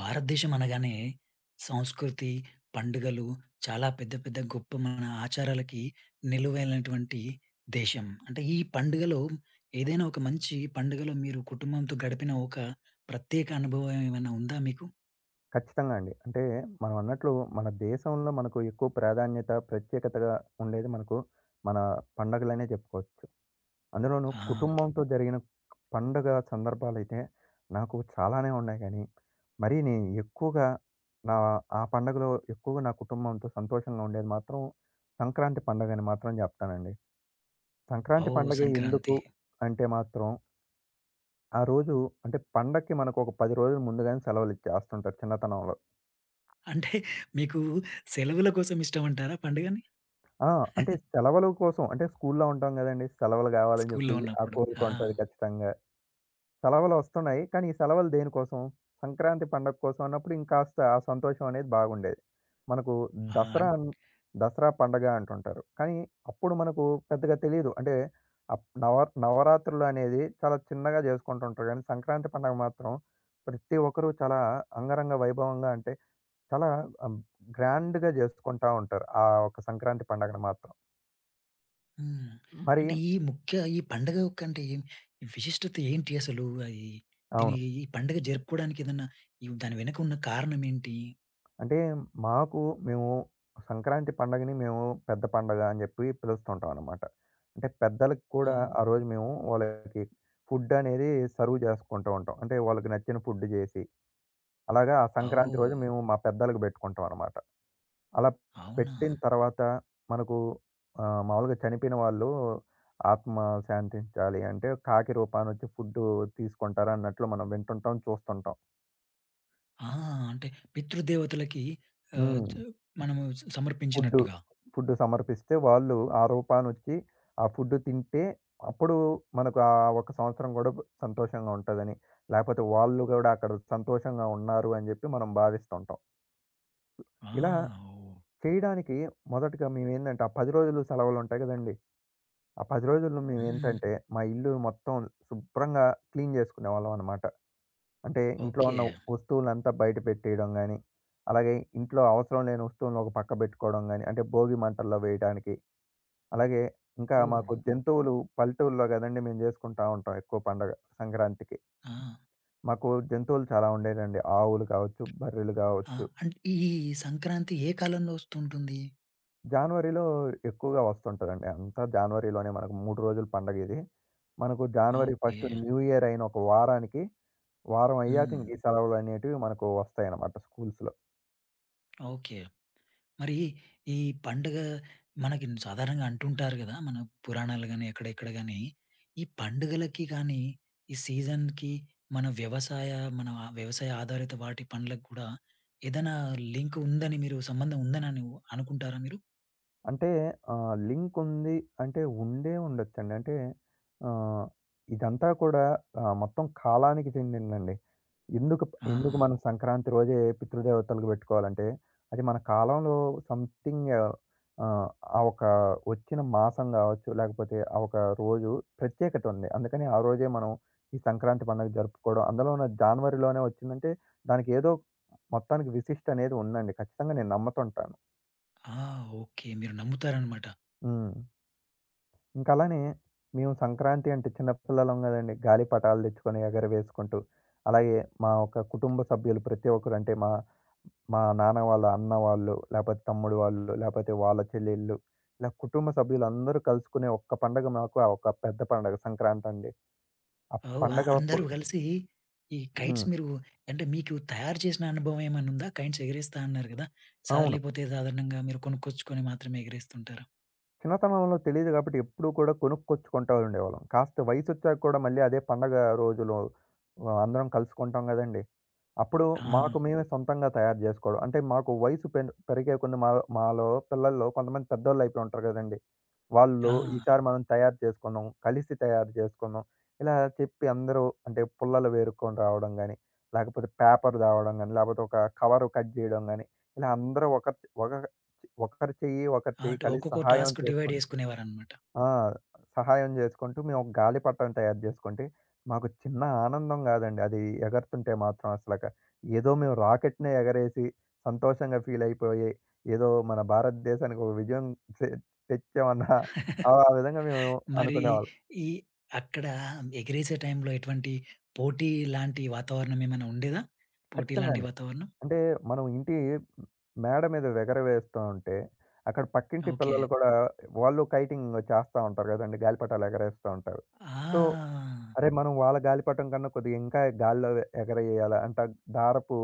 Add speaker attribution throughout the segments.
Speaker 1: భారతదేశం అనగానే సంస్కృతి, పండుగలు చాలా పెద్ద పెద్ద గొప్ప మన ఆచారాలకి నిలువైనటువంటి దేశం. అంటే ఈ పండుగలో ఏదైనా ఒక మంచి పండుగలో మీరు కుటుంబంతో గడిపిన ఒక ప్రత్యేక అనుభవం ఏమైనా ఉందా మీకు?
Speaker 2: ఖచ్చితంగా అండి. అంటే మనం అన్నట్లు మన దేశంలో మనకు ఎక్కువ ప్రాధాన్యత, ప్రత్యేకతగా ఉండేది మనకు మన పండగలనే చెప్పుకోవచ్చు. అందులోనూ
Speaker 1: ఆ!
Speaker 2: కుటుంబంతో జరిగిన పండగ సందర్భాలైతే నాకు చాలానే ఉన్నాయి గానీ, మరీ నేను ఎక్కువగా నా ఆ పండగలో ఎక్కువగా నా కుటుంబంతో సంతోషంగా ఉండేది మాత్రం సంక్రాంతి పండగని మాత్రం జెప్తానండి. సంక్రాంతి
Speaker 1: ఓహ్!
Speaker 2: పండగే ఎందుకు
Speaker 1: సంక్రాంతి.
Speaker 2: అంటే మాత్రం, ఆ రోజు అంటే పండక్కి మనకు ఒక 10 రోజులు ముందుగానే సెలవులిచ్చేస్తుంటారు చిన్నతనంలో.
Speaker 1: అంటే మీకు సెలవుల కోసం ఇష్టమంటారా పండుగని?
Speaker 2: ఆ! అంటే సెలవుల కోసం అంటే స్కూల్లో ఉంటాం గదండీ. సెలవులు గావాలని
Speaker 1: స్కూల్లో
Speaker 2: జెప్పి ఆ
Speaker 1: ఉన్నప్పుడు.
Speaker 2: కోరిక
Speaker 1: ఆ!
Speaker 2: ఉంటది ఖచ్చితంగా. సెలవులు ఒస్తున్నాయి. కానీ ఈ సెలవులు దేనికోసం? సంక్రాంతి పండగ కోసం అన్నప్పుడు ఇంకాస్త ఆ సంతోషం అనేది బాగుండేది. మనకు
Speaker 1: ఆ!
Speaker 2: దసరా అన్ దసరా పండగ అంటుంటారు. కానీ అప్పుడు మనకు పెద్దగా తెలీదు. అంటే అప్ నవ నవరాత్రులు అనేది చాలా చిన్నగా జేసుకుంటుంటారు గానీ సంక్రాంతి పండగ మాత్రం ప్రతి ఒక్కరు చాలా అంగరంగ వైభవంగా అంటే చాలా ఆహ్, గ్రాండ్‌గా జేసుకుంటా ఉంటారు. ఆ ఒక్క సంక్రాంతి పండగను మాత్రం.
Speaker 1: హ్మ్.
Speaker 2: మరి
Speaker 1: అంటే ఈ ముఖ్య ఈ పండగ యొక్క అంటే ఏం ఈ విశిష్టత ఏంటి అసలు? అది దీని
Speaker 2: అవును.
Speaker 1: ఈ పండగ జరుపుకోవడానికి ఏదన్నా ఈ దాని వెనక ఉన్న కారణం ఏంటి?
Speaker 2: అంటే మాకు మేము సంక్రాంతి పండగని మేము పెద్ద పండగ అని చెప్పి పిలుస్తుంటాం అనమాట. అంటే పెద్దలకి కూడా
Speaker 1: ఓహ్!
Speaker 2: ఆ రోజు మేము వాళ్ళకి ఫుడ్ అనేది సర్వ్ చేసుకుంటూ ఉంటాం. అంటే వాళ్ళకి నచ్చిన ఫుడ్ చేసి, అలాగా ఆ సంక్రాంతి రోజు
Speaker 1: ఓహ్!
Speaker 2: మేము మా పెద్దలకి పెట్టుకుంటాం అనమాట. అలా
Speaker 1: అవునా?
Speaker 2: పెట్టిన తర్వాత మనకు మామూలుగా చనిపోయిన వాళ్ళు ఆత్మ శాంతించాలి అంటే కాకి రూపానొచ్చి ఫుడ్ తీసుకుంటారు అన్నట్లు మనం వింటుంటాం, చూస్తుంటాం.
Speaker 1: ఆ! అంటే పితృదేవతలకి ఆహ్, చ
Speaker 2: హ్మ్.
Speaker 1: మనము స
Speaker 2: ఫుడ్డు.
Speaker 1: సమర్పించినట్టుగా.
Speaker 2: ఫుడ్ సమర్పిస్తే వాళ్ళు ఆ రూపానొచ్చి, ఆ ఫుడ్ తింటే అప్పుడు మనకు ఆ ఒక సంవత్సరం గూడా సంతోషంగా ఉంటదని, లేపోతే వాళ్ళు గూడా అక్కడ సంతోషంగా ఉన్నారు అని జెప్పి మనం భావిస్తుంటాం.
Speaker 1: ఆ!
Speaker 2: ఇలా
Speaker 1: ఓహ్!
Speaker 2: చేయడానికి మొదటగా మేమేందంటే, ఆ 10 రోజులు సెలవులుంటాయి గదండీ! ఆ 10 రోజుల్లో
Speaker 1: హ్మ్.
Speaker 2: మేమేంటంటే, మా ఇల్లు మొత్తం శుభ్రంగా క్లీన్ జేసుకునేవాళ్ళం అనమాట. అంటే ఇంట్లో
Speaker 1: ఓకే.
Speaker 2: ఉన్న వస్తువులంతా బయట పెట్టేయడం గానీ, అలాగే ఇంట్లో అవసరం లేని వస్తువులను ఒక పక్క బెట్టుకోవడం గానీ, అంటే భోగి మంటల్లో వేయడానికి, అలాగే ఇంకా
Speaker 1: ఓహ్!
Speaker 2: మాకు జంతువులు పల్లెటూరులో కదండీ! మేము జేసుకుంటా ఉంటాం ఎక్కువ పండగ సంక్రాంతికి.
Speaker 1: ఆ!
Speaker 2: మాకు జంతువులు చాలా ఉండేదండి. ఆవులు కావచ్చు, బర్రెలు
Speaker 1: ఆ!
Speaker 2: గావచ్చు.
Speaker 1: అంటే ఈ సంక్రాంతి ఏ కాలంలో వస్తుంటుంది?
Speaker 2: జనవరిలో ఎక్కువగా వస్తుంటదండి. అంతా జనవరిలోనే మనకు 3 రోజుల పండగ ఇది. మనకు జనవరి
Speaker 1: ఓకే.
Speaker 2: ఫస్ట్ న్యూ ఇయర్ అయిన ఒక వారానికి, వారం అయ్యాక
Speaker 1: హ్మ్.
Speaker 2: ఇంక ఈ సెలవులనేటివి మనకు వస్తాయన్నమాట స్కూల్స్‌లో.
Speaker 1: ఓకే. మరి ఈ పండుగ మనకి సాధారణంగా అంటుంటారు గదా! మన పురాణాలు గాని, ఎక్కడెక్కడ గాని, ఈ పండుగలకి గాని, ఈ సీజన్‌కి మన వ్యవసాయ మన ఆ వ్యవసాయ ఆధారిత వాటి పనులకు కూడా ఏదైనా లింక్ ఉందని మీరు సంబంధం ఉందని అని అనుకుంటారా మీరు?
Speaker 2: అంటే లింక్ ఉంది, అంటే ఉండే ఉండొచ్చండి. అంటే ఆహ్, ఇదంతా కూడా మొత్తం కాలానికి చెందిందండి.
Speaker 1: ఆ!
Speaker 2: ఎందుకు మనం సంక్రాంతి రోజే పితృదేవతలకు పెట్టుకోవాలంటే, అది మన కాలంలో సంథింగ్, ఆ ఒక వచ్చిన మాసం గావచ్చు, లేకపోతే ఆ ఒక రోజు ప్రత్యేకత ఉంది. అందుకని ఆ రోజే మనం ఈ సంక్రాంతి పండుగ జరుపుకోవడం. అందులోన జానవరిలోనే వచ్చిందంటే దానికి ఏదో మొత్తానికి విశిష్ట అనేది ఉందండి. ఖచ్చితంగా నేను నమ్ముతుంటాను.
Speaker 1: ఆ! ఓకే. మీరు నమ్ముతారనమాట.
Speaker 2: హ్మ్. ఇంకలానే మేము సంక్రాంతి అంటే చిన్నపిల్లలం గదండీ! గాలిపటాలు దెచ్చుకొని ఎగరవేసుకుంటూ, అలాగే మా ఒక కుటుంబ సభ్యులు ప్రతి ఒక్కరు అంటే మా మా నాన్న వాళ్ళ అన్న వాళ్ళు, లేపోతే తమ్ముడు వాళ్ళు, లేపోతే వాళ్ళ చెల్లెళ్ళు, ఇలా కుటుంబ సభ్యులందరూ కలుసుకునే ఒక్క పండగ మాకు ఆ ఒక పెద్ద పండగ సంక్రాంతండి. ఆ
Speaker 1: ఓహ్! అందరూ
Speaker 2: పండగప్పుడు
Speaker 1: కలిసి ఈ కైట్స్
Speaker 2: హ్మ్.
Speaker 1: మీరు అంటే మీకు తయారు చేసిన అనుభవం ఏమైనా ఉందా? కైట్స్ ఎగరేస్తా అన్నారు గదా! సా
Speaker 2: అవును.
Speaker 1: లేకపోతే సాధారణంగా మీరు కొనుక్కొచ్చుకొని మాత్రమే ఎగరేస్తుంటారా?
Speaker 2: చిన్నతనంలో తెలీదు గాబట్టి ఎప్పుడూ కూడా కొనుక్కొచ్చుకుంటా ఉండేవాళ్ళం. కాస్త వయసొచ్చాక కూడా మళ్ళీ అదే పండగ రోజులు అందరం కలుసుకుంటాం గదండీ! అప్పుడు
Speaker 1: ఆ!
Speaker 2: మాకు మేమే సొంతంగా తయారు జేసుకోవడం. అంటే మాకు వయసు పెరిగే కొన్ని మా మాలో పిల్లల్లో కొంతమంది పెద్దోళ్ళు అయిపోయి ఉంటారు గదండీ! వాళ్ళు
Speaker 1: ఆ!
Speaker 2: ఈసారి మనం తయారు చేసుకుందాం, కలిసి తయారు చేసుకుందాం ఇలా చెప్పి అందరూ, అంటే పుల్లలు వేరుకొని రావడం గాని, లేకపోతే పేపర్ తేవడం గాని, లేకపోతే ఒక కవర్ కట్ జేయడం గాని, ఇలా అందరూ ఒక ఒకరి చెయ్యి, ఒకరి
Speaker 1: ఆ!
Speaker 2: చెయ్యి
Speaker 1: అంటే
Speaker 2: కలిసి
Speaker 1: ఒక్కొక్క
Speaker 2: సహాయం
Speaker 1: టాస్క్ డివైడ్
Speaker 2: చేసుకుంటే
Speaker 1: చేసుకునేవారనమాట.
Speaker 2: ఆ! సహాయం జేసుకుంటూ మేము ఒక గాలిపటం తయారు జేసుకుంటే, మాకు చిన్న ఆనందం గాదండి. అది ఎగరుతుంటే మాత్రం అసలక. ఏదో మేము రాకెట్‌నే ఎగరేసి సంతోషంగా ఫీల్ అయిపోయి, ఏదో మన భారతదేశానికి ఒక విజయం తె తెచ్చామన్న ఆ విధంగా మేము
Speaker 1: మరి
Speaker 2: అనుకునేవాళ్ళం.
Speaker 1: ఈ అక్కడ ఎగిరేసే టైంలో ఎటువంటి పోటీ లాంటి వాతావరణం ఏమైనా ఉండేదా? పోటీ
Speaker 2: ఖచ్చితంగా
Speaker 1: లాంటి
Speaker 2: అండి.
Speaker 1: వాతావరణం?
Speaker 2: అంటే మనం ఇంటి మేడ మీద ఎగరవేస్తూ ఉంటే, అక్కడ పక్కింటి
Speaker 1: ఓకే.
Speaker 2: పిల్లలు కూడా వాళ్ళు కైటింగ్ చేస్తా ఉంటారు గదండీ! గాలిపటాలు ఎగరేస్తూ ఉంటారు. సో
Speaker 1: ఆ!
Speaker 2: అరే! మనం వాళ్ళ గాలిపటం కన్నా కొద్దిగా ఇంకా గాల్లో ఎగరేయాల అంటే దారపు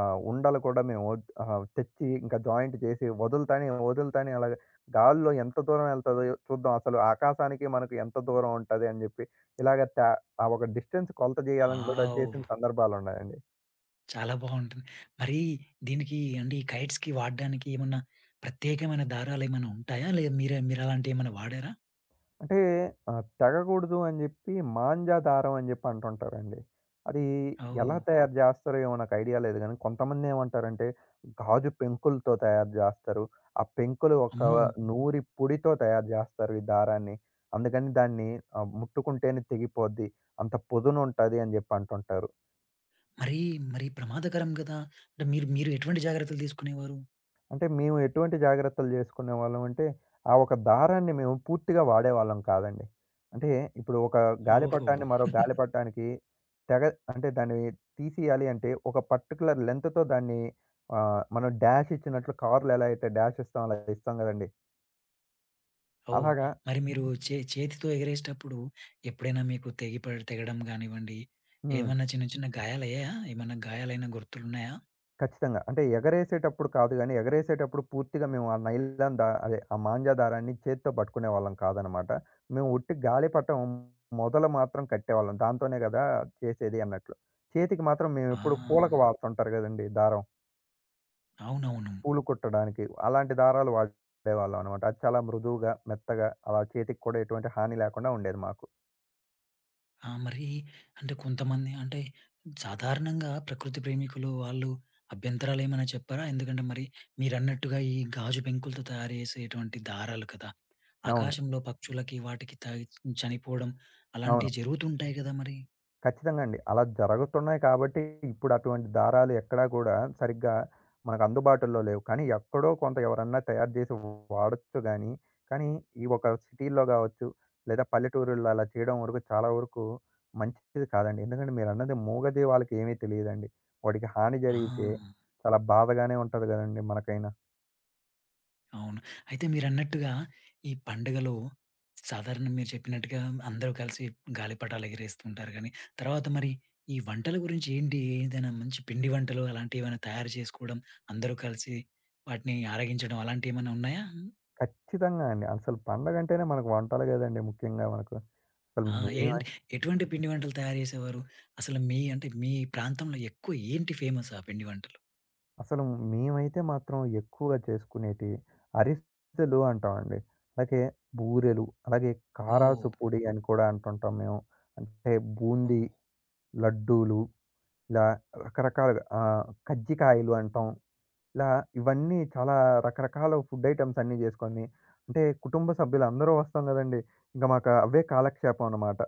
Speaker 2: ఉండలు కూడా మేము తెచ్చి ఇంకా జాయింట్ చేసి వదులుతానే అలాగ గాల్లో ఎంత దూరం ఎళ్తదో చూద్దాం. అసలు ఆకాశానికి మనకు ఎంత దూరం ఉంటది అని జెప్పి ఇలాగ త ఆ ఒక డిస్టెన్స్ కొలత జేయాలని గూడా
Speaker 1: వావ్!
Speaker 2: చేసిన సందర్భాలున్నాయండి.
Speaker 1: చాలా బావుంటుంది. మరి దీనికి అంటే ఈ కైట్స్‌కి వాడడానికి ఏమన్నా ప్రత్యేకమైన దారాలు ఏమైనా ఉంటాయా? లేదా మీరు అలాంటివి ఏమైనా వాడారా?
Speaker 2: అంటే తెగకూడదు అని జెప్పి మాంజా దారం అని జెప్పి అంటుంటారండి. అది
Speaker 1: ఓహ్!
Speaker 2: ఎలా తయారు జేస్తారో ఏమో నాకు ఐడియా లేదు గానీ, కొంతమందేమంటారంటే గాజు పెంకులతో తయారు జేస్తారు. ఆ పెంకులు ఒక
Speaker 1: అమ్మో!
Speaker 2: నూరి పొడితో తయారు జేస్తారు ఈ దారాన్ని. అందుకని దాన్ని ముట్టుకుంటేనే తెగిపోద్ది. అంత పదునుంటది అని జెప్పి అంటుంటారు.
Speaker 1: మరి మరి ప్రమాదకరం గదా! అంటే మీరు మీరు ఎటువంటి జాగ్రత్తలు తీసుకునేవారు?
Speaker 2: అంటే మేము ఎటువంటి జాగ్రత్తలు జేసుకునేవాళ్ళం అంటే, ఆ ఒక దారాన్ని మేము పూర్తిగా వాడేవాళ్ళం కాదండి. అంటే ఇప్పుడు ఒక
Speaker 1: ఓహో!
Speaker 2: గాలిపటాన్ని మరో గాలిపటానికి తెగ అంటే దాన్ని తీసియాలి అంటే ఒక పర్టిక్యులర్ లెంగ్త్‌తో దాన్ని, మనం డాష్ ఇచ్చినట్లు కార్‌లో ఎలా అయితే డాష్ ఇస్తాం అలా ఇస్తాం గదండీ.
Speaker 1: ఓహ్!
Speaker 2: అలాగా
Speaker 1: మరి మీరు చేతితో ఎగరేసేటప్పుడు ఎప్పుడైనా మీకు తెగడం గానివ్వండి,
Speaker 2: హ్మ్.
Speaker 1: ఏమన్నా చిన్న చిన్న గాయాలయ్యాయా? ఏమన్నా గాయాలైన గుర్తులున్నాయా?
Speaker 2: ఖచ్చితంగా. అంటే ఎగరేసేటప్పుడు కాదు గానీ, ఎగరేసేటప్పుడు పూర్తిగా మేము ఆ నైలాన్ దా అదే ఆ మాంజా దారాన్ని చేత్తో పట్టుకునేవాళ్ళం కాదనమాట. మేము ఉట్టి గాలిపటం మొదల మాత్రం కట్టేవాళ్ళం. దాంతోనే గదా చేసేది అన్నట్లు. చేతికి మాత్రం
Speaker 1: ఆ!
Speaker 2: మేమెప్పుడు పూలకు వాడుతుంటారు గదండీ దారం.
Speaker 1: అవునవును.
Speaker 2: పూలు కుట్టడానికి. అలాంటి దారాలు వాడేవాళ్ళం అనమాట. అది చాలా మృదువుగా, మెత్తగా అలా చేతికి కూడా ఎటువంటి హాని లేకుండా ఉండేది మాకు.
Speaker 1: ఆ! మరి అంటే కొంతమంది అంటే సాధారణంగా ప్రకృతి ప్రేమికులు వాళ్ళు అభ్యంతరాలేమైనా చెప్పారా? ఎందుకంటే మరి మీరన్నట్టుగా ఈ గాజు పెంకులతో తయారు చేసేటువంటి దారాలు కదా!
Speaker 2: అవును.
Speaker 1: ఆకాశంలో పక్షులకి వాటికి తాగి చనిపోవడం
Speaker 2: అవును.
Speaker 1: అలాంటివి జరుగుతుంటాయి కదా మరి.
Speaker 2: ఖచ్చితంగా అండి. అలా జరుగుతున్నాయి కాబట్టి ఇప్పుడు అటువంటి దారాలు ఎక్కడా కూడా సరిగ్గా మనకు అందుబాటులో లేవు. కానీ ఎక్కడో కొంత ఎవరన్నా తయారు చేసి వాడొచ్చు గానీ, కానీ ఈ ఒక సిటీల్లో గావచ్చు, లేదా పల్లెటూరుల్లో అలా చేయడం వరకు చాలా వరకు మంచిది కాదండి. ఎందుకంటే మీరన్నది మూగజీవాలకి ఏమీ తెలియదండి. వాటికి హాని
Speaker 1: ఆ!
Speaker 2: జరిగితే చాలా బాధగానే ఉంటది గదండీ మనకైనా.
Speaker 1: అవును. అయితే మీరన్నట్టుగా ఈ పండుగలో సాధారణ మీరు చెప్పినట్టుగా అందరూ కలిసి గాలిపటాలు ఎగరేస్తుంటారు గానీ, తర్వాత మరి ఈ వంటల గురించి ఏంటి? ఏదైనా మంచి పిండి వంటలు అలాంటివేమైనా తయారు చేసుకోవడం, అందరూ కలిసి వాటిని ఆరగించడం అలాంటియేమైనా ఉన్నాయా?
Speaker 2: ఖచ్చితంగా అండి. అసలు పండగంటేనే మనకు వంటలు గదండీ ముఖ్యంగా మనకు. అసలు
Speaker 1: ఆ!
Speaker 2: మేమ
Speaker 1: ఏంటి ఎటువంటి పిండి వంటలు తయారు చేసేవారు? అసలు మీ అంటే మీ ప్రాంతంలో ఎక్కువ ఏంటి ఫేమస్ ఆ పిండి వంటలు?
Speaker 2: అసలు మేమైతే మాత్రం ఎక్కువగా చేసుకునేటివి అరిసెలు అంటామండి. అలాగే బూరెలు, అలాగే
Speaker 1: ఓహ్!
Speaker 2: కారాసు పొడి అని కూడా అంటుంటాం మేము. అంటే బూందీ
Speaker 1: ఓహ్!
Speaker 2: లడ్డూలు, ఇలా రకరకాలుగా కజ్జికాయలు అంటాం. ఇలా ఇవన్నీ చాలా రకరకాల ఫుడ్ ఐటెమ్స్ అన్నీ చేసుకొని, అంటే కుటుంబ సభ్యులందరూ వస్తాం కదండీ! ఇంక మాకు అవే కాలక్షేపం అన్నమాట.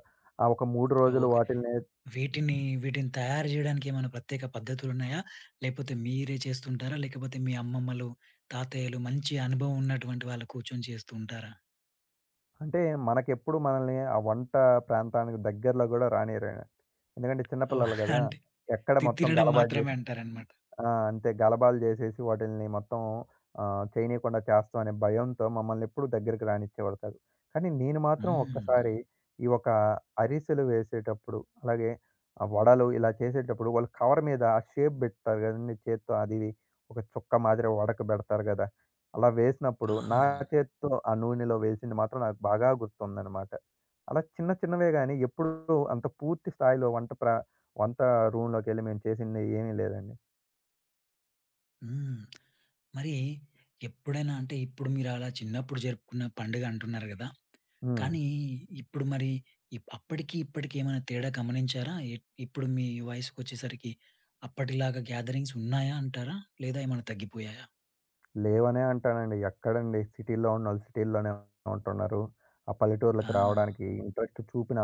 Speaker 2: ఆ ఒక 3 రోజులు
Speaker 1: ఓకే.
Speaker 2: వాటిల్నే.
Speaker 1: వీటిని, వీటిని తయారు జేయడానికి ఏమైనా ప్రత్యేక పద్ధతులున్నాయా? లేకపోతే మీరే చేస్తుంటారా? లేకపోతే మీ అమ్మమ్మలు, తాతయ్యలు మంచి అనుభవం ఉన్నటువంటి వాళ్ళు కూర్చొని చేస్తూ ఉంటారా?
Speaker 2: అంటే మనకెప్పుడు మనల్ని ఆ వంట ప్రాంతానికి దగ్గరలో గూడా రానీయరండి. ఎందుకంటే చిన్న
Speaker 1: ఓహ్!
Speaker 2: పిల్లలు గదా!
Speaker 1: అంటే
Speaker 2: ఎక్కడ మొత్తం
Speaker 1: తినడం
Speaker 2: గలబా
Speaker 1: మాత్రమే అంటారనమాట.
Speaker 2: ఆ! అంతే గలబాలు జేసేసి వాటిల్ని మొత్తం చేయనీయకుండా చేస్తాం అనే భయంతో మమ్మల్ని ఎప్పుడు దగ్గరికి రానిచ్చేవాళ్ళు కాదు. కానీ నేను మాత్రం
Speaker 1: హ్మ్.
Speaker 2: ఒక్కసారి ఈ ఒక అరిసెలు వేసేటప్పుడు, అలాగే వడలు ఇలా చేసేటప్పుడు వాళ్ళు కవర్ మీద ఆ షేప్ బెడతారు గదండీ చేత్తో అది ఇవి ఒక చుక్క మాదిరి వడక బెడతారు గదా! అలా వేసినప్పుడు
Speaker 1: ఆహా!
Speaker 2: నా చేత్తో ఆ నూనెలో వేసింది మాత్రం నాకు బాగా గుర్తుందనమాట. అలా చిన్న చిన్నవే గానీ ఎప్పుడూ అంత పూర్తి స్థాయిలో వంట రూమ్‌లోకెళ్ళి మేము చేసింది ఏమీ లేదండి.
Speaker 1: హ్మ్. మరి ఎప్పుడైనా అంటే ఇప్పుడు మీరు అలా చిన్నప్పుడు జరుపుకున్న పండుగ అంటున్నారు గదా!
Speaker 2: హ్మ్.
Speaker 1: కానీ ఇప్పుడు మరి అప్పటికి, ఇప్పటికి ఏమైనా తేడా గమనించారా? ఇప్పుడు మీ వయసుకొచ్చేసరికి అప్పటిలాగా గ్యాదరింగ్స్ ఉన్నాయా అంటారా? లేదా ఏమైనా తగ్గిపోయాయా?
Speaker 2: లేవనే అంటానండి. ఎక్కడండి సిటీలో ఉన్నోళ్ళు సిటీల్లోనే ఉంటున్నారు. ఆ
Speaker 1: ఆ!
Speaker 2: పల్లెటూర్లకి రావడానికి ఇంట్రెస్ట్ చూపిన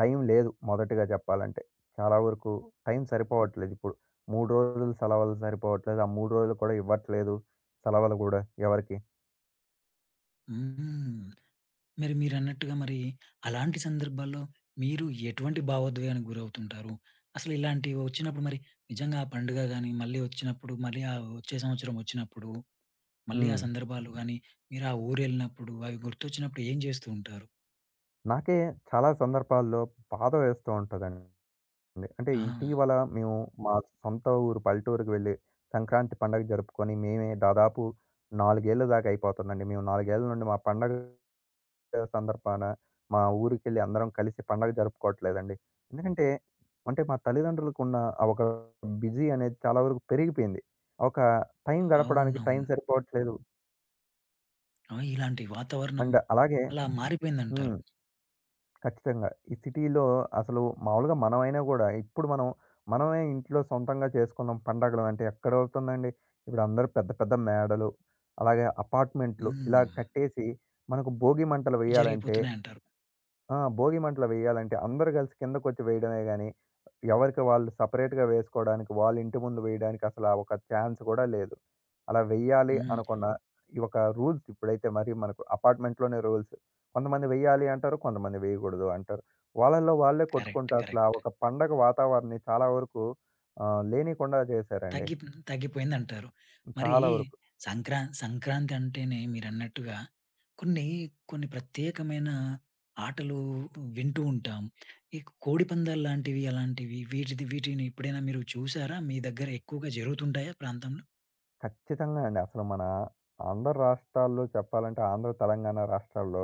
Speaker 2: టైం లేదు మొదటగా చెప్పాలంటే. చాలా వరకు టైం సరిపోవట్లేదు ఇప్పుడు. 3 రోజులు సెలవులు సరిపోవట్లేదు. ఆ 3 రోజులు కూడా ఇవ్వట్లేదు. సెలవులు గూడా ఎవరికీ.
Speaker 1: హ్మ్. మరి మీరన్నట్టుగా మరి అలాంటి సందర్భాల్లో మీరు ఎటువంటి భావోద్వేగానికి గురవుతుంటారు? అసలు ఇలాంటివి వచ్చినప్పుడు మరి నిజంగా ఆ పండుగ గాని, మళ్ళీ వచ్చినప్పుడు మళ్ళీ ఆ వచ్చే సంవత్సరం వచ్చినప్పుడు, మళ్ళీ ఆ
Speaker 2: హ్మ్.
Speaker 1: సందర్భాలు గాని, మీరు ఆ ఊరెళ్ళినప్పుడు అవి గుర్తొచ్చినప్పుడు ఏం చేస్తూ ఉంటారు?
Speaker 2: నాకే చాలా సందర్భాల్లో బాధ వేస్తూ ఉంటదండి. అంటే
Speaker 1: ఆ!
Speaker 2: ఇటీవల మేము మా సొంత ఊరు పల్లెటూరుకి వెళ్ళి సంక్రాంతి పండగ జరుపుకొని మేమే దాదాపు 4 ఏళ్ల దాకా అయిపోతుందండి. మేము 4 ఏళ్ల నుండి మా పండగ సందర్భాన మా ఊరికెళ్ళి అందరం కలిసి పండగ జరుపుకోవట్లేదండి. ఎందుకంటే, అంటే మా తల్లిదండ్రులకున్న ఆ ఒక బిజీ అనేది చాలా వరకు పెరిగిపోయింది. ఒక టైం గడపడానికి టైం
Speaker 1: అవునవును.
Speaker 2: సరిపోవట్లేదు.
Speaker 1: ఆ! ఇలాంటి వాతావరణం
Speaker 2: అండ్ అలాగే
Speaker 1: అలా మారిపోయిందంటారు.
Speaker 2: హ్మ్. ఖచ్చితంగా. ఈ సిటీలో అసలు మామూలుగా మనమైనా గూడా ఇప్పుడు మనం మనమే ఇంట్లో సొంతంగా చేసుకున్నాం పండగలు అంటే ఎక్కడవుతుందండి? ఇప్పుడు అందరూ పెద్ద పెద్ద మేడలు, అలాగే అపార్ట్‌మెంట్లు ఇలా
Speaker 1: హ్మ్.
Speaker 2: కట్టేసి మనకు భోగి మంటలు వేయాలంటే
Speaker 1: జరిగిపోతున్నాయంటారు.
Speaker 2: ఆ! భోగి మంటలు వేయాలంటే అందరూ కలిసి కిందకొచ్చి వేయడమే గాని, ఎవరికి వాళ్ళు సెపరేట్‌గా వేసుకోవడానికి, వాళ్ళ ఇంటి ముందు వేయడానికి అసలా ఒక ఛాన్స్ కూడా లేదు. అలా వెయ్యాలి
Speaker 1: హ్మ్.
Speaker 2: అనుకున్న హ్మ్. ఈ ఒక రూల్స్ ఇప్పుడైతే మరి మనకు అపార్ట్‌మెంట్‌లోనే రూల్స్. కొంతమంది వెయ్యాలి అంటారు. కొంతమంది వేయకూడదు అంటారు. వాళ్ళలో వాళ్ళే
Speaker 1: కరెక్ట్.
Speaker 2: కొట్టుకుంటూ అసలా
Speaker 1: కరెక్ట్.
Speaker 2: ఒక పండగ వాతావరణాన్ని చాలా వరకు లేనీకుండా చేశారండి.
Speaker 1: తగ్గి తగ్గిపోయిందంటారు. మరి
Speaker 2: చాలా వరకు.
Speaker 1: సంక్రాంతి అంటేనే మీరన్నట్టుగా కొన్ని, కొన్ని ప్రత్యేకమైన ఆటలు వింటూ ఉంటాం. ఈ కోడిపందాలు లాంటివి, అలాంటివి వీటిది వీటిని ఎప్పుడైనా మీరు చూసారా? మీ దగ్గర ఎక్కువగా జరుగుతుంటాయా ప్రాంతంలో?
Speaker 2: ఖచ్చితంగా అండి. అసలు మన ఆంధ్ర రాష్ట్రాల్లో చెప్పాలంటే ఆంధ్ర, తెలంగాణ రాష్ట్రాల్లో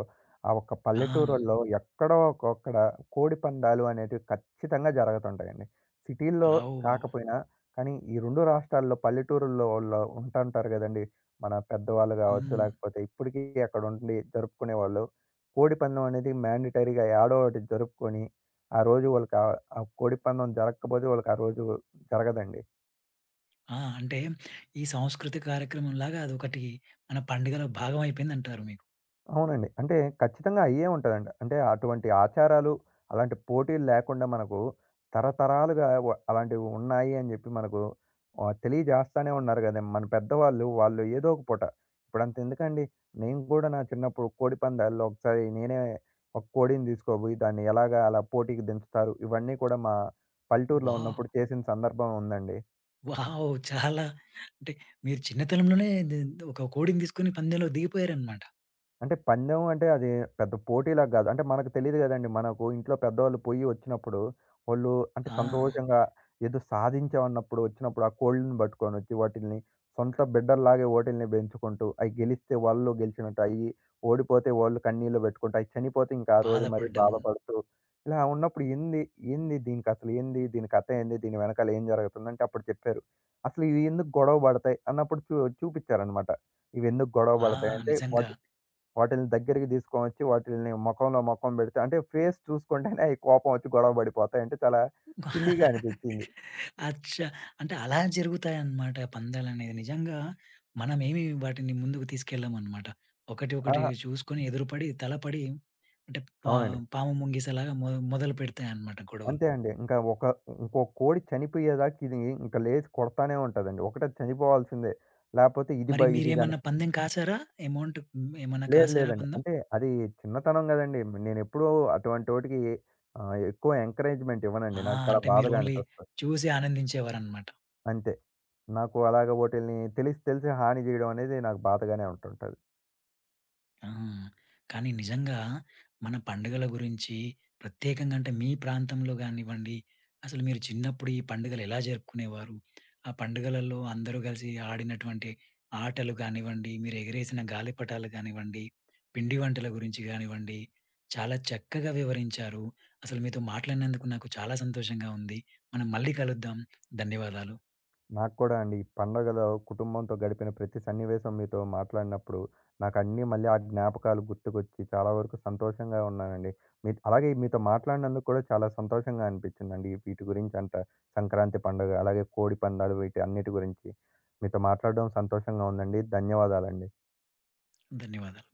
Speaker 2: ఆ ఒక్క
Speaker 1: ఆ!
Speaker 2: పల్లెటూరోల్లో ఎక్కడో ఒక్కొక్కడ కోడి పందాలు అనేటివి ఖచ్చితంగా జరుగుతుంటాయండి. సిటీల్లో
Speaker 1: ఆవ్
Speaker 2: కాకపోయినా కానీ ఈ 2 రాష్ట్రాల్లో పల్లెటూరుల్లో వాళ్ళు ఉంటుంటారు గదండీ. మన పెద్దవాళ్ళు గావచ్చు,
Speaker 1: హ్మ్.
Speaker 2: లేకపోతే ఇప్పటికీ అక్కడ ఉండి జరుపుకునేవాళ్ళు. కోడి పందెం అనేది మ్యాండేటరీగా యాడో ఒకటి జరుపుకొని, ఆ రోజు వాళ్ళకి ఆ ఆ కోడి పందెం జరగకపోతే వాళ్ళకి ఆ రోజు జరగదండి.
Speaker 1: ఆ! అంటే ఈ సాంస్కృతిక కార్యక్రమంలాగా అదొకటి మన పండుగలో భాగం అయిపోయిందంటారు మీకు.
Speaker 2: అవునండి. అంటే ఖచ్చితంగా అయ్యే ఉంటదండి. అంటే అటువంటి ఆచారాలు, అలాంటి పోటీలు లేకుండా మనకు తరతరాలుగా వ అలాంటివి ఉన్నాయి అని జెప్పి మనకు తెలియజేస్తానే ఉన్నారు గదా! మన పెద్దవాళ్ళు, వాళ్ళు ఏదో ఒక పూట ఇప్పుడంతెందుకండి, నేను గూడా నా చిన్నప్పుడు కోడి పందాల్లో ఒకసారి నేనే ఒక కోడిని దీసుకోబోయి దాన్ని ఎలాగా అలా పోటీకి దించుతారు. ఇవన్నీ కూడా మా పల్లెటూరులో
Speaker 1: వావ్!
Speaker 2: ఉన్నప్పుడు చేసిన సందర్భం ఉందండి.
Speaker 1: వావ్! చాలా అంటే మీరు చిన్నతనంలోనే ఒక కోడిని తీసుకొని పందెంలో దిగిపోయారనమాట.
Speaker 2: అంటే పందెం అంటే అది పెద్ద పోటీలాగా గాదు. అంటే మనకు తెలీదు గదండీ. మనకు ఇంట్లో పెద్దవాళ్ళు పొయ్యి వచ్చినప్పుడు, వాళ్ళు అంటే
Speaker 1: ఆ!
Speaker 2: సంతోషంగా ఏదో సాధించామన్నప్పుడు వచ్చినప్పుడు ఆ కోళ్ళని బట్టుకొనొచ్చి వాటిల్ని సొంత బిడ్డల్లాగే ఓటిల్ని బెంచుకుంటూ, అయి గెలిస్తే వాళ్ళు గెలిచినట్టు అయ్యి, ఓడిపోతే వాళ్ళు కన్నీళ్లు బెట్టుకుంటూ, అయి చనిపోతే ఇంకా ఆ రోజు మరీ
Speaker 1: బాధపడ్డము.
Speaker 2: బాధపడుతూ, ఇలా ఉన్నప్పుడు ఏంది, ఏంది దీనికసలు ఏంది? దీని కథ ఏంది? దీని వెనకాల ఏం జరుగుతుందంటే అప్పుడు చెప్పారు. అసలు ఇవి ఎందుకు గొడవ బడతాయి అన్నప్పుడు చూపిచ్చారన్నమాట. ఇవెందుకు గొడవ
Speaker 1: ఆ!
Speaker 2: బడతాయి అంటే
Speaker 1: నిజంగా
Speaker 2: వాటిల్ని దగ్గరికి తీసుకొనొచ్చి వాటిల్ని మొఖంలో మొఖం పెడితే అంటే ఫేస్ చూసుకుంటేనే అయి కోపం వచ్చి గొడవ పడిపోతాయంటే చాలా సిల్లీగా అనిపించింది.
Speaker 1: అచ్చా! అంటే అలా జరుగుతాయన్నమాట పందాలనేవి. నిజంగా మనమేమి వాటిని ముందుకు తీసుకెళ్ళమనమాట. ఒకటి ఒకటి
Speaker 2: ఆహా!
Speaker 1: చూసుకొని ఎదురుపడి, తలపడి అంటే పా
Speaker 2: అవునండి.
Speaker 1: పాము ముంగిసలాగా మొదలు పెడతాయన్నమాట గొడవలు.
Speaker 2: అంతే అండి. ఇంకా ఒక ఇంకో కోడి చనిపోయేదాకా ఇది ఇంకా లేచి కొడతానే ఉంటదండి. ఒకటే చనిపోవాల్సిందే. లేపోతే
Speaker 1: మరి
Speaker 2: ఇది గాని
Speaker 1: మీరేమన్నా పందెం కాసారా? అమౌంట్ ఏమన్నా
Speaker 2: లేదు
Speaker 1: కాసారా
Speaker 2: లేదండి.
Speaker 1: పందెం?
Speaker 2: అంటే అది చిన్నతనం గదండీ! నేనెప్పుడూ అటువంటోటికి ఎక్కువ ఎంకరేజ్‌మెంట్ ఇవ్వనండి.
Speaker 1: ఆ!
Speaker 2: నాకు చాలా
Speaker 1: అంటే మీరు
Speaker 2: బాధగా
Speaker 1: ఓన్లీ
Speaker 2: అనిపిస్తది.
Speaker 1: చూసి ఆనందించేవారన్నమాట.
Speaker 2: అంతే. నాకు అలాగ వోటిల్ని తెలిసి తెలిసి హాని జేయడం అనేది నాకు బాధగానే ఉంటుంటది.
Speaker 1: ఆ! కానీ నిజంగా మన పండుగల గురించి ప్రత్యేకంగా అంటే మీ ప్రాంతంలో గానివ్వండి, అసలు మీరు చిన్నప్పుడు ఈ పండుగలు ఎలా జరుపుకునేవారు? ఆ పండుగలలో అందరూ కలిసి ఆడినటువంటి ఆటలు కానివ్వండి, మీరు ఎగిరేసిన గాలిపటాలు కానివ్వండి, పిండి వంటల గురించి గానివ్వండి, చాలా చక్కగా వివరించారు. అసలు మీతో మాట్లాడినందుకు నాకు చాలా సంతోషంగా ఉంది. మనం మళ్ళీ కలుద్దాం. ధన్యవాదాలు.
Speaker 2: నాకు కూడా అండి. ఈ పండగలో కుటుంబంతో గడిపిన ప్రతి సన్నివేశం మీతో మాట్లాడినప్పుడు, నాకన్నీ మళ్ళీ ఆ జ్ఞాపకాలు గుర్తుకొచ్చి చాలా వరకు సంతోషంగా ఉన్నానండి. మీ అలాగే మీతో మాట్లాడినందుకు కూడా చాలా సంతోషంగా అనిపించిందండి. వీటి గురించి సంక్రాంతి పండుగ, అలాగే కోడి పందాలు వీటి అన్నిటి గురించి. మీతో మాట్లాడడం సంతోషంగా ఉందండి. ధన్యవాదాలండి.
Speaker 1: ధన్యవాదాలు.